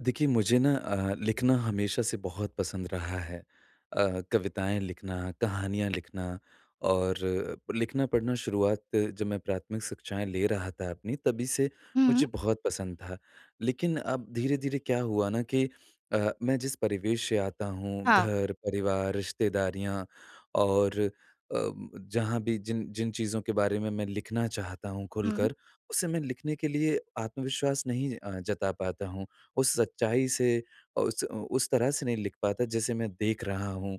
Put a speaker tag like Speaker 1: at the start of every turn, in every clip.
Speaker 1: देखिए मुझे ना लिखना हमेशा से बहुत पसंद रहा है। कविताएँ लिखना, कहानियाँ लिखना और लिखना पढ़ना शुरुआत जब मैं प्राथमिक शिक्षाएँ ले रहा था अपनी तभी से
Speaker 2: हुँ,
Speaker 1: मुझे बहुत पसंद था। लेकिन अब धीरे-धीरे क्या हुआ ना कि मैं जिस परिवेश से आता हूँ
Speaker 2: हाँ।
Speaker 1: घर, परिवार, रिश्तेदारियाँ और जहाँ भी जिन जिन चीज़ों के बारे में मैं लिखना चाहता हूँ
Speaker 2: हुँ,
Speaker 1: खुलकर, उसे मैं लिखने के लिए आत्मविश्वास नहीं जता पाता हूँ। उस सच्चाई से, उस तरह से नहीं लिख पाता जैसे मैं देख रहा हूँ।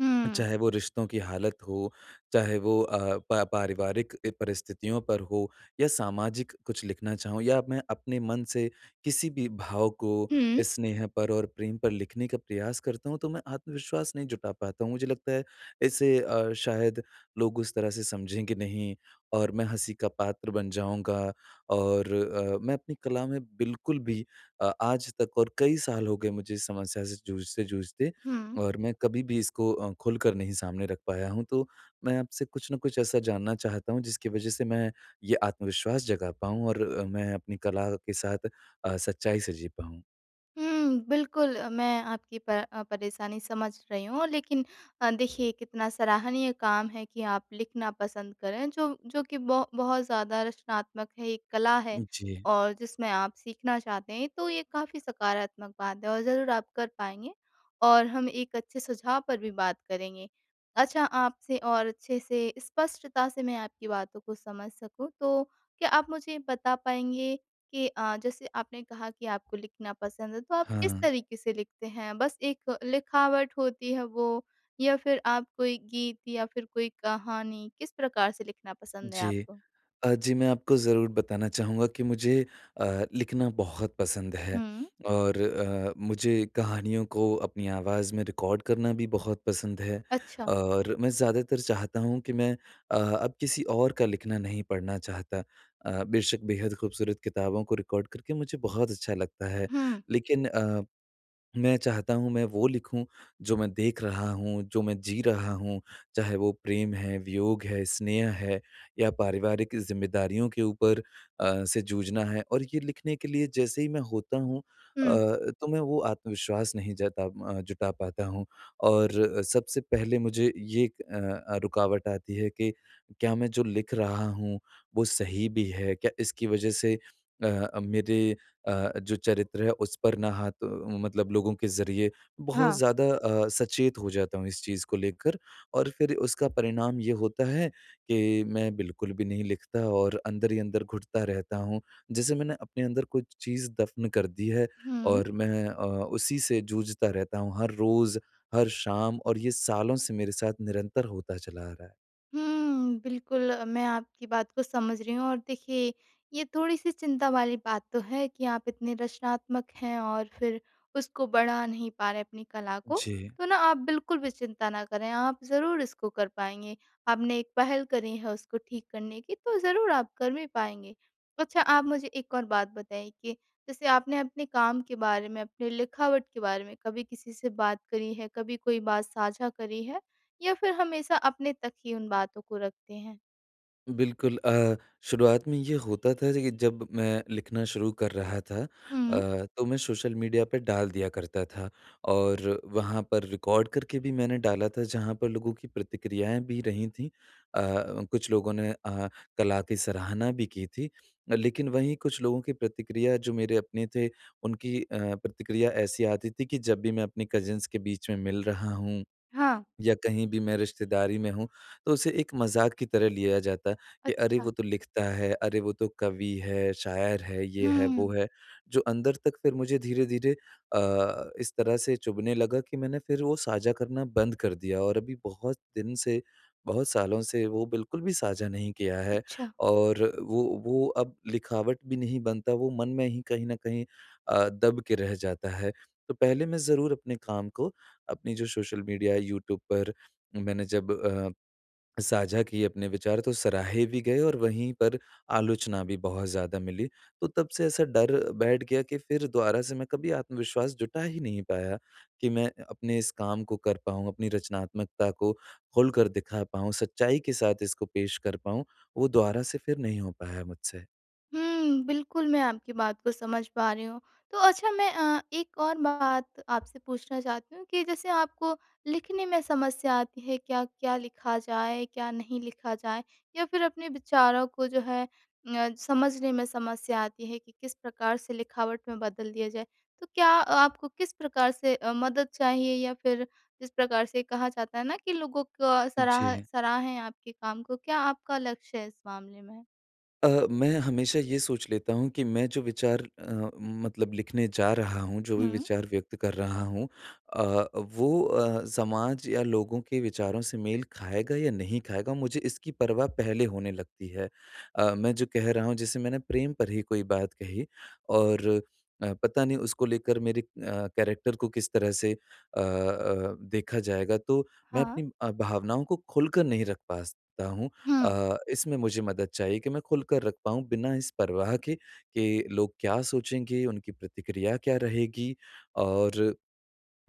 Speaker 2: हुँ,
Speaker 1: चाहे वो रिश्तों की हालत हो, चाहे वो पा पारिवारिक परिस्थितियों पर हो या सामाजिक कुछ लिखना चाहूँ या मैं अपने मन से किसी भी भाव को
Speaker 2: हुँ।
Speaker 1: स्नेह पर और प्रेम पर लिखने का प्रयास करता हूँ, तो मैं आत्मविश्वास नहीं जुटा पाता हूँ। मुझे लगता है इसे शायद लोग उस तरह से समझेंगे नहीं और मैं हँसी का पात्र बन जाऊँगा और मैं अपनी कला में बिल्कुल भी आज तक और कई साल हो गए मुझे इस समस्या से जूझते-जूझते
Speaker 2: हुँ,
Speaker 1: और मैं कभी भी इसको खोलकर नहीं सामने रख पाया हूँ, तो मैं आपसे कुछ न कुछ ऐसा जानना चाहता हूँ, जिसकी वजह से मैं ये आत्मविश्वास जगा पाऊँ और मैं अपनी कला के साथ सच्चाई से जी पाऊँ।
Speaker 2: हुँ, बिल्कुल, मैं आपकी परेशानी समझ रही हूँ, लेकिन देखिए कितना सराहनीय काम है कि आप लिखना पसंद करें, जो जो कि ब बहुत ज़्यादा रचनात्मक है, एक कला है
Speaker 1: जी।
Speaker 2: और जिसमें आप सीखना चाहते हैं, तो ये काफ़ी सकारात्मक बात है और ज़रूर आप कर पाएँगे और हम एक अच्छे सुझाव पर भी बात करेंगे। अच्छा, आपसे और अच्छे से स्पष्टता से मैं आपकी बातों को समझ सकूँ, तो क्या आप मुझे बता पाएँगे कि जैसे आपने कहा कि आपको लिखना पसंद है, तो आप किस
Speaker 1: हाँ,
Speaker 2: तरीके से लिखते हैं? बस एक लिखावट होती है वो या फिर आप कोई गीत या फिर कोई कहानी, किस प्रकार से लिखना पसंद है
Speaker 1: जी।
Speaker 2: आपको?
Speaker 1: जी, मैं आपको ज़रूर बताना चाहूँगा कि मुझे लिखना बहुत पसंद है
Speaker 2: हुँ।
Speaker 1: और मुझे कहानियों को अपनी आवाज़ में रिकॉर्ड करना भी बहुत पसंद है
Speaker 2: अच्छा।
Speaker 1: और मैं ज़्यादातर चाहता हूँ कि मैं अब किसी और का लिखना नहीं पढ़ना चाहता। बेशक बेहद खूबसूरत किताबों को रिकॉर्ड करके मुझे बहुत अच्छा लगता है,
Speaker 2: हुँ,
Speaker 1: लेकिन मैं चाहता हूँ मैं वो लिखूँ जो मैं देख रहा हूँ, जो मैं जी रहा हूँ, चाहे वो प्रेम है, वियोग है, स्नेह है या पारिवारिक ज़िम्मेदारियों के ऊपर से जूझना है और ये लिखने के लिए जैसे ही मैं होता हूँ
Speaker 2: हुँ।
Speaker 1: तो मैं वो आत्मविश्वास नहीं जुटा पाता हूँ और सबसे पहले मुझे ये रुकावट आती है कि क्या मैं जो लिख रहा हूँ, वो सही भी है? क्या इसकी वजह से मेरे जो चरित्र है उस पर ना हाथ मतलब लोगों के ज़रिए बहुत
Speaker 2: हाँ।
Speaker 1: ज़्यादा सचेत हो जाता हूँ इस चीज़ को लेकर और फिर उसका परिणाम ये होता है कि मैं बिल्कुल भी नहीं लिखता और अंदर ही अंदर घुटता रहता हूँ। जैसे मैंने अपने अंदर कुछ चीज़ दफ़्न कर दी है
Speaker 2: हुँ।
Speaker 1: और मैं उसी से जूझता रहता हूँ हर रोज़, हर शाम और ये सालों से मेरे साथ निरंतर होता चला आ रहा है।
Speaker 2: हुँ, बिल्कुल, मैं आपकी बात को समझ रही हूँ और देखिए ये थोड़ी-सी चिंता वाली बात तो है कि आप इतने रचनात्मक हैं और फिर उसको बढ़ा नहीं पा रहे अपनी कला को।
Speaker 1: जी।
Speaker 2: तो ना आप बिल्कुल भी चिंता ना करें, आप ज़रूर इसको कर पाएँगे। आपने एक पहल करी है उसको ठीक करने की, तो ज़रूर आप कर भी पाएँगे। अच्छा, आप मुझे एक और बात बताइए कि जैसे आपने अपने काम के बारे में, अपने लिखावट के बारे में कभी किसी से बात करी है, कभी कोई बात साझा करी है? या फिर हमेशा अपने तक ही उन बातों को रखते हैं?
Speaker 1: बिल्कुल शुरुआत में ये होता था कि जब मैं लिखना शुरू कर रहा था
Speaker 2: हुँ,
Speaker 1: तो मैं सोशल मीडिया पे डाल दिया करता था और वहाँ पर रिकॉर्ड करके भी मैंने डाला था जहाँ पर लोगों की प्रतिक्रियाएं भी रही थीं कुछ लोगों ने कला की सराहना भी की थी लेकिन वहीं कुछ लोगों की प्रतिक्रिया जो मेरे अपने थे उनकी प्रतिक्रिया ऐसी आती थी कि जब भी मैं अपने कजिन्स के बीच में मिल रहा हूँ
Speaker 2: हाँ।
Speaker 1: या कहीं भी मैं रिश्तेदारी में हूँ, तो उसे एक मज़ाक की तरह लिया जाता है कि अरे!
Speaker 2: अच्छा।
Speaker 1: वो तो लिखता है, अरे! वो तो कवि है, शायर है, ये है,
Speaker 2: हुँ,
Speaker 1: वो है। जो अंदर तक फिर मुझे धीरे-धीरे इस तरह से चुभने लगा कि मैंने फिर वो साझा करना बंद कर दिया और अभी बहुत दिन से, बहुत सालों से वो बिल्कुल भी साझा नहीं किया है
Speaker 2: अच्छा।
Speaker 1: और वो अब लिखावट भी नहीं बनता, वो मन में ही कहीं न कहीं दब के रह जाता है। तो पहले मैं ज़रूर अपने काम को अपनी जो सोशल मीडिया है यूट्यूब पर मैंने जब साझा किए अपने विचार तो सराहे भी गए और वहीं पर आलोचना भी बहुत ज़्यादा मिली। तो तब से ऐसा डर बैठ गया कि फिर दोबारा से मैं कभी आत्मविश्वास जुटा ही नहीं पाया कि मैं अपने इस काम को कर पाऊँ, अपनी रचनात्मकता को खोलकर दिखा पाऊँ, सच्चाई के साथ इसको पेश कर पाऊँ, वो दोबारा से फिर नहीं हो पाया मुझसे।
Speaker 2: हुँ, बिल्कुल, मैं आपकी बात को समझ पा रही हूँ। तो अच्छा, मैं एक और बात आपसे पूछना चाहती हूँ कि जैसे आपको लिखने में समस्या आती है, क्या क्या लिखा जाए, क्या नहीं लिखा जाए? या फिर अपने विचारों को जो है समझने में समस्या आती है कि किस प्रकार से लिखावट में बदल दिया जाए? तो क्या आपको किस प्रकार से मदद चाहिए या फिर जिस प्रकार से कहा जाता है ना कि लोगों का
Speaker 1: जी।
Speaker 2: सराहें आपके काम को, क्या आपका लक्ष्य है इस मामले में?
Speaker 1: मैं हमेशा ये सोच लेता हूँ कि मैं जो विचार मतलब लिखने जा रहा हूँ, जो भी
Speaker 2: हुँ,
Speaker 1: विचार व्यक्त कर रहा हूँ वो समाज या लोगों के विचारों से मेल खाएगा या नहीं खाएगा, मुझे इसकी परवाह पहले होने लगती है। मैं जो कह रहा हूँ जैसे मैंने प्रेम पर ही कोई बात कही और पता नहीं उसको लेकर मेरे कैरेक्टर को किस तरह से देखा जाएगा, तो मैं
Speaker 2: हाँ।
Speaker 1: अपनी भावनाओं को खोलकर नहीं रख पाता हूँ।
Speaker 2: हुँ।
Speaker 1: इसमें मुझे मदद चाहिए कि मैं खुलकर रख पाऊँ बिना इस परवाह के कि लोग क्या सोचेंगे, उनकी प्रतिक्रिया क्या रहेगी और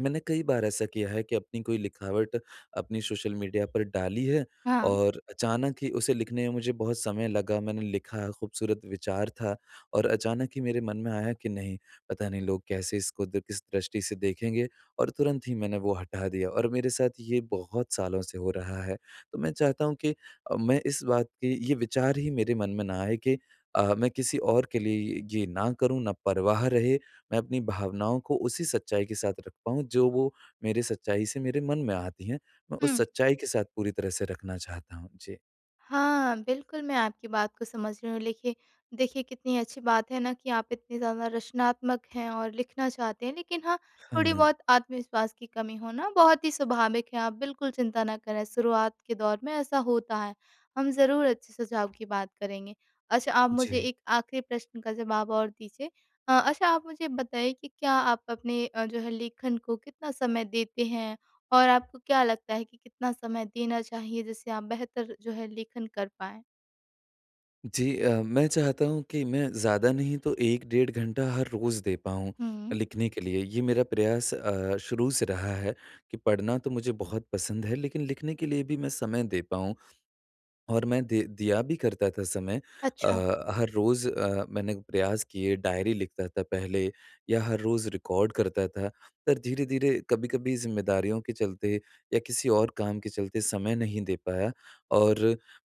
Speaker 1: मैंने कई बार ऐसा किया है कि अपनी कोई लिखावट अपनी सोशल मीडिया पर डाली है
Speaker 2: हाँ।
Speaker 1: और अचानक ही उसे लिखने में मुझे बहुत समय लगा। मैंने लिखा, खूबसूरत विचार था और अचानक ही मेरे मन में आया कि नहीं, पता नहीं लोग कैसे इसको द किस दृष्टि से देखेंगे और तुरंत ही मैंने वो हटा दिया और मेरे साथ ये बहुत सालों से हो रहा है। तो मैं चाहता हूँ कि मैं इस बात की ये विचार ही मेरे मन में ना आए कि मैं किसी और के लिए ये ना करूँ, ना परवाह रहे मैं अपनी भावनाओं को उसी सच्चाई के साथ रख पाऊँ, जो वो मेरे सच्चाई से मेरे मन में आती हैं। मैं
Speaker 2: हुँ।
Speaker 1: उस सच्चाई के साथ पूरी तरह से रखना चाहता हूँ। जी।
Speaker 2: हाँ, बिल्कुल, मैं आपकी बात को समझ रही हूँ। लिखिए, देखिए कितनी अच्छी बात है ना कि आप इतने ज़्यादा रचनात्मक हैं और लिखना चाहते हैं। लेकिन हाँ,
Speaker 1: हाँ,
Speaker 2: थोड़ी-बहुत आत्मविश्वास की कमी होना बहुत ही स्वाभाविक है। आप बिल्कुल चिंता ना करें, शुरुआत के दौर में ऐसा होता है। हम ज़रूर अच्छे सुझाव की बात करेंगे। अच्छा, आप मुझे
Speaker 1: जी।
Speaker 2: एक आखिरी प्रश्न का जवाब और दीजिए। अच्छा, आप मुझे बताइए कि क्या आप अपने जो है लेखन को कितना समय देते हैं? और आपको क्या लगता है कि कितना समय देना चाहिए जिससे आप बेहतर जो है लेखन कर पाएँ?
Speaker 1: जी मैं चाहता हूँ कि मैं ज़्यादा नहीं तो 1 डेढ़ घंटा हर रोज़ दे पाऊँ
Speaker 2: हुँ।
Speaker 1: लिखने के लिए। ये मेरा प्रयास शुरू से रहा है कि पढ़ना तो मुझे बहुत पसंद है, लेकिन लिखने के लिए भी मैं समय दे पाऊँ। और मैं दे दिया भी करता था समय अ,
Speaker 2: अच्छा।
Speaker 1: हर रोज़ मैंने प्रयास किए, डायरी लिखता था पहले या हर रोज़ रिकॉर्ड करता था। पर धीरे-धीरे कभी-कभी ज़िम्मेदारियों के चलते या किसी और काम के चलते समय नहीं दे पाया और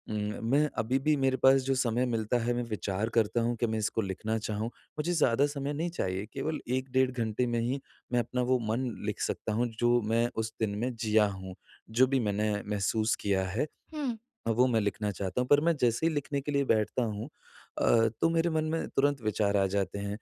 Speaker 1: मैं अभी भी मेरे पास जो समय मिलता है, मैं विचार करता हूँ कि मैं इसको लिखना चाहूँ। मुझे ज़्यादा समय नहीं चाहिए, केवल 1 डेढ़ घंटे में ही मैं अपना वो मन लिख सकता हूँ, जो मैं उस दिन में जिया हूँ, जो भी मैंने महसूस किया है।
Speaker 2: हुँ।
Speaker 1: वो मैं लिखना चाहता हूँ, पर मैं जैसे ही लिखने के लिए बैठता हूँ तो मेरे मन में तुरंत विचार आ जाते हैं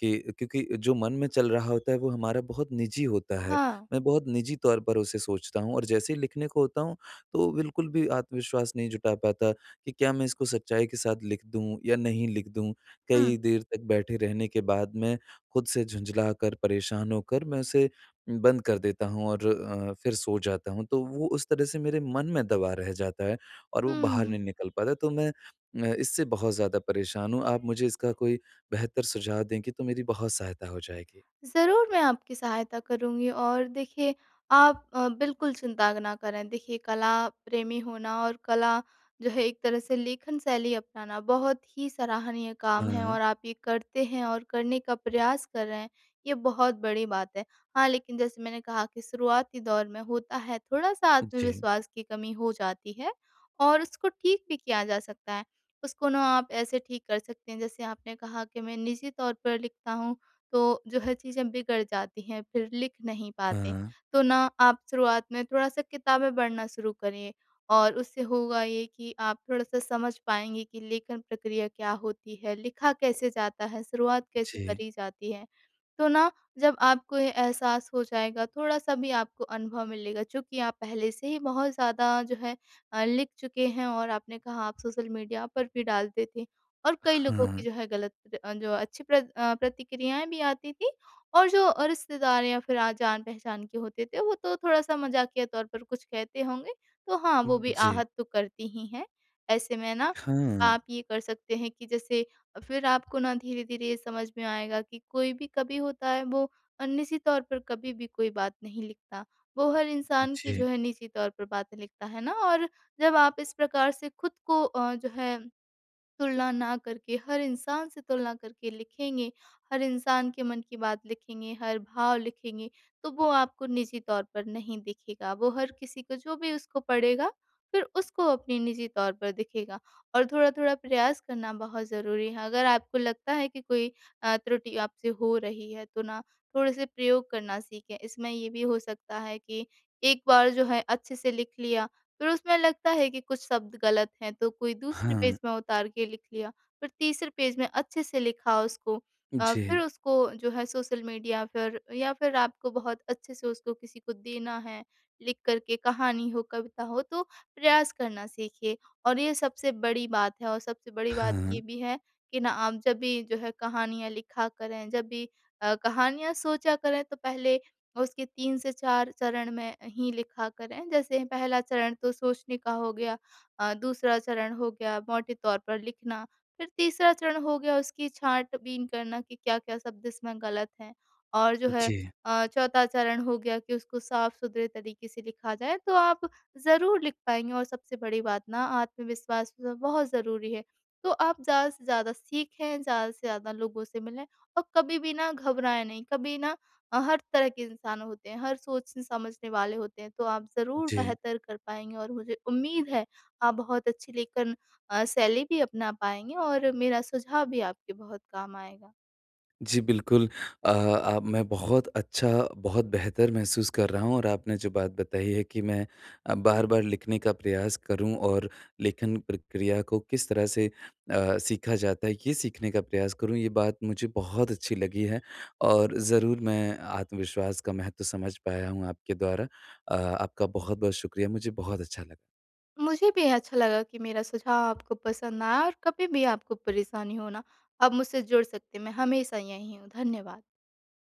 Speaker 1: कि क्योंकि जो मन में चल रहा होता है वो हमारा बहुत निजी होता है।
Speaker 2: हाँ।
Speaker 1: मैं बहुत निजी तौर पर उसे सोचता हूँ और जैसे ही लिखने को होता हूँ तो बिल्कुल भी आत्मविश्वास नहीं जुटा पाता कि क्या मैं इसको सच्चाई के साथ लिख दूँ या नहीं लिख दूँ?
Speaker 2: हुँ।
Speaker 1: कई देर तक बैठे रहने के बाद मैं खुद से झुँझला कर, परेशान होकर मैं उसे बंद कर देता हूँ और फिर सो जाता हूँ। तो वो उस तरह से मेरे मन में दबा रह जाता है। और वो बाहर
Speaker 2: हुँ।
Speaker 1: नहीं निकल पाता। तो मैं इससे बहुत ज़्यादा परेशान हूँ। आप मुझे इसका कोई बेहतर सुझाव देंगी तो मेरी बहुत सहायता हो जाएगी।
Speaker 2: ज़रूर, मैं आपकी सहायता करूँगी और देखिए आप बिल्कुल चिंता ना करें। देखिए कला प्रेमी होना और कला जो है एक तरह से लेखन शैली अपनाना बहुत ही सराहनीय काम है
Speaker 1: हाँ,
Speaker 2: और आप ये करते हैं और करने का प्रयास कर रहे हैं, ये बहुत बड़ी बात है। हाँ, लेकिन जैसे मैंने कहा कि शुरुआती दौर में होता है थोड़ा-सा
Speaker 1: जी।
Speaker 2: आत्मविश्वास की कमी हो जाती है और उसको ठीक भी किया जा सकता है। उसको ना आप ऐसे ठीक कर सकते हैं, जैसे आपने कहा कि मैं निजी तौर पर लिखता हूँ, तो जो है चीज़ें बिगड़ जाती हैं, फिर लिख नहीं पाते।
Speaker 1: हाँ,
Speaker 2: तो ना आप शुरुआत में थोड़ा-सा किताबें पढ़ना शुरू करें और उससे होगा ये कि आप थोड़ा-सा समझ पाएँगे कि लेखन प्रक्रिया क्या होती है, लिखा कैसे जाता है, शुरुआत कैसे
Speaker 1: जी।
Speaker 2: करी जाती है। तो ना जब आपको ये एहसास हो जाएगा, थोड़ा-सा भी आपको अनुभव मिलेगा चूँकि आप पहले से ही बहुत ज़्यादा जो है लिख चुके हैं और आपने कहा आप सोशल मीडिया पर भी डालते थे और कई लोगों की
Speaker 1: हाँ,
Speaker 2: जो है गलत जो अच्छी प्रतिक्रियाएँ भी आती थी और जो रिश्तेदार या फिर जान-पहचान के होते थे, वो तो थोड़ा-सा मज़ाकिया तौर पर कुछ कहते होंगे, तो हाँ, वो भी
Speaker 1: जी।
Speaker 2: आहत तो करती ही हैं। ऐसे में ना
Speaker 1: हाँ,
Speaker 2: आप ये कर सकते हैं कि जैसे फिर आपको ना धीरे-धीरे ये समझ में आएगा कि कोई भी कभी होता है वो निजी तौर पर कभी भी कोई बात नहीं लिखता। वो हर इंसान की जो
Speaker 1: जी।
Speaker 2: है निजी तौर पर बातें लिखता है ना और जब आप इस प्रकार से खुद को जो है तुलना ना करके, हर इंसान से तुलना करके लिखेंगे, हर इंसान के मन की बात लिखेंगे, हर भाव लिखेंगे, तो वो आपको निजी तौर पर नहीं दिखेगा। वो हर किसी को जो भी उसको पढ़ेगा, फिर उसको अपने निजी तौर पर दिखेगा और थोड़ा-थोड़ा प्रयास करना बहुत ज़रूरी है। अगर आपको लगता है कि कोई त्रुटि आपसे हो रही है, तो ना थोड़े से प्रयोग करना सीखें। इसमें ये भी हो सकता है कि एक बार जो है अच्छे से लिख लिया, फिर उसमें लगता है कि कुछ शब्द गलत हैं, तो कोई दूसरे
Speaker 1: हाँ,
Speaker 2: पेज में उतार के लिख लिया, फिर तीसरे पेज में अच्छे से लिखा उसको
Speaker 1: जी।
Speaker 2: फिर उसको जो है सोशल मीडिया, फिर या फिर आपको बहुत अच्छे से उसको किसी को देना है, लिख कर के कहानी हो, कविता हो, तो प्रयास करना सीखिए। और ये सबसे बड़ी बात है और सबसे बड़ी बात
Speaker 1: हाँ,
Speaker 2: ये भी है कि ना आप जब भी जो है कहानियाँ लिखा करें, जब भी कहानियाँ सोचा करें तो पहले और उसके 3 से 4 चरण में ही लिखा करें। जैसे पहला चरण तो सोचने का हो गया, दूसरा चरण हो गया मोटे तौर पर लिखना, फिर तीसरा चरण हो गया उसकी छाँट-बीन करना कि क्या-क्या शब्द इसमें गलत हैं और जो है
Speaker 1: जी,
Speaker 2: चौथा चरण हो गया कि उसको साफ-सुथरे तरीके से लिखा जाए, तो आप ज़रूर लिख पाएँगे और सबसे बड़ी बात ना आत्मविश्वास जो है बहुत ज़रूरी है। तो आप ज़्यादा से ज़्यादा सीखें, ज़्यादा से ज़्यादा लोगों से मिलें और कभी भी ना घबराएँ नहीं, कभी ना हर तरह के इंसान होते हैं, हर सोचने समझने वाले होते हैं, तो आप ज़रूर
Speaker 1: जी।
Speaker 2: बेहतर कर पाएँगे और मुझे उम्मीद है, आप बहुत अच्छी लेखन शैली भी अपना पाएँगे और मेरा सुझाव भी आपके बहुत काम आएगा।
Speaker 1: जी, बिल्कुल। आप मैं बहुत अच्छा, बहुत बेहतर महसूस कर रहा हूँ और आपने जो बात बताई है कि मैं बार-बार लिखने का प्रयास करूँ और लेखन प्रक्रिया को किस तरह से सीखा जाता है, ये सीखने का प्रयास करूँ, ये बात मुझे बहुत अच्छी लगी है और ज़रूर मैं आत्मविश्वास का महत्व समझ पाया हूँ आपके द्वारा। आपका बहुत-बहुत शुक्रिया, मुझे बहुत अच्छा लगा।
Speaker 2: मुझे भी अच्छा लगा कि मेरा सुझाव आपको पसंद आया और कभी भी आपको परेशानी हो ना, आप मुझसे जुड़ सकते हैं, मैं हमेशा यहीं हूँ। धन्यवाद।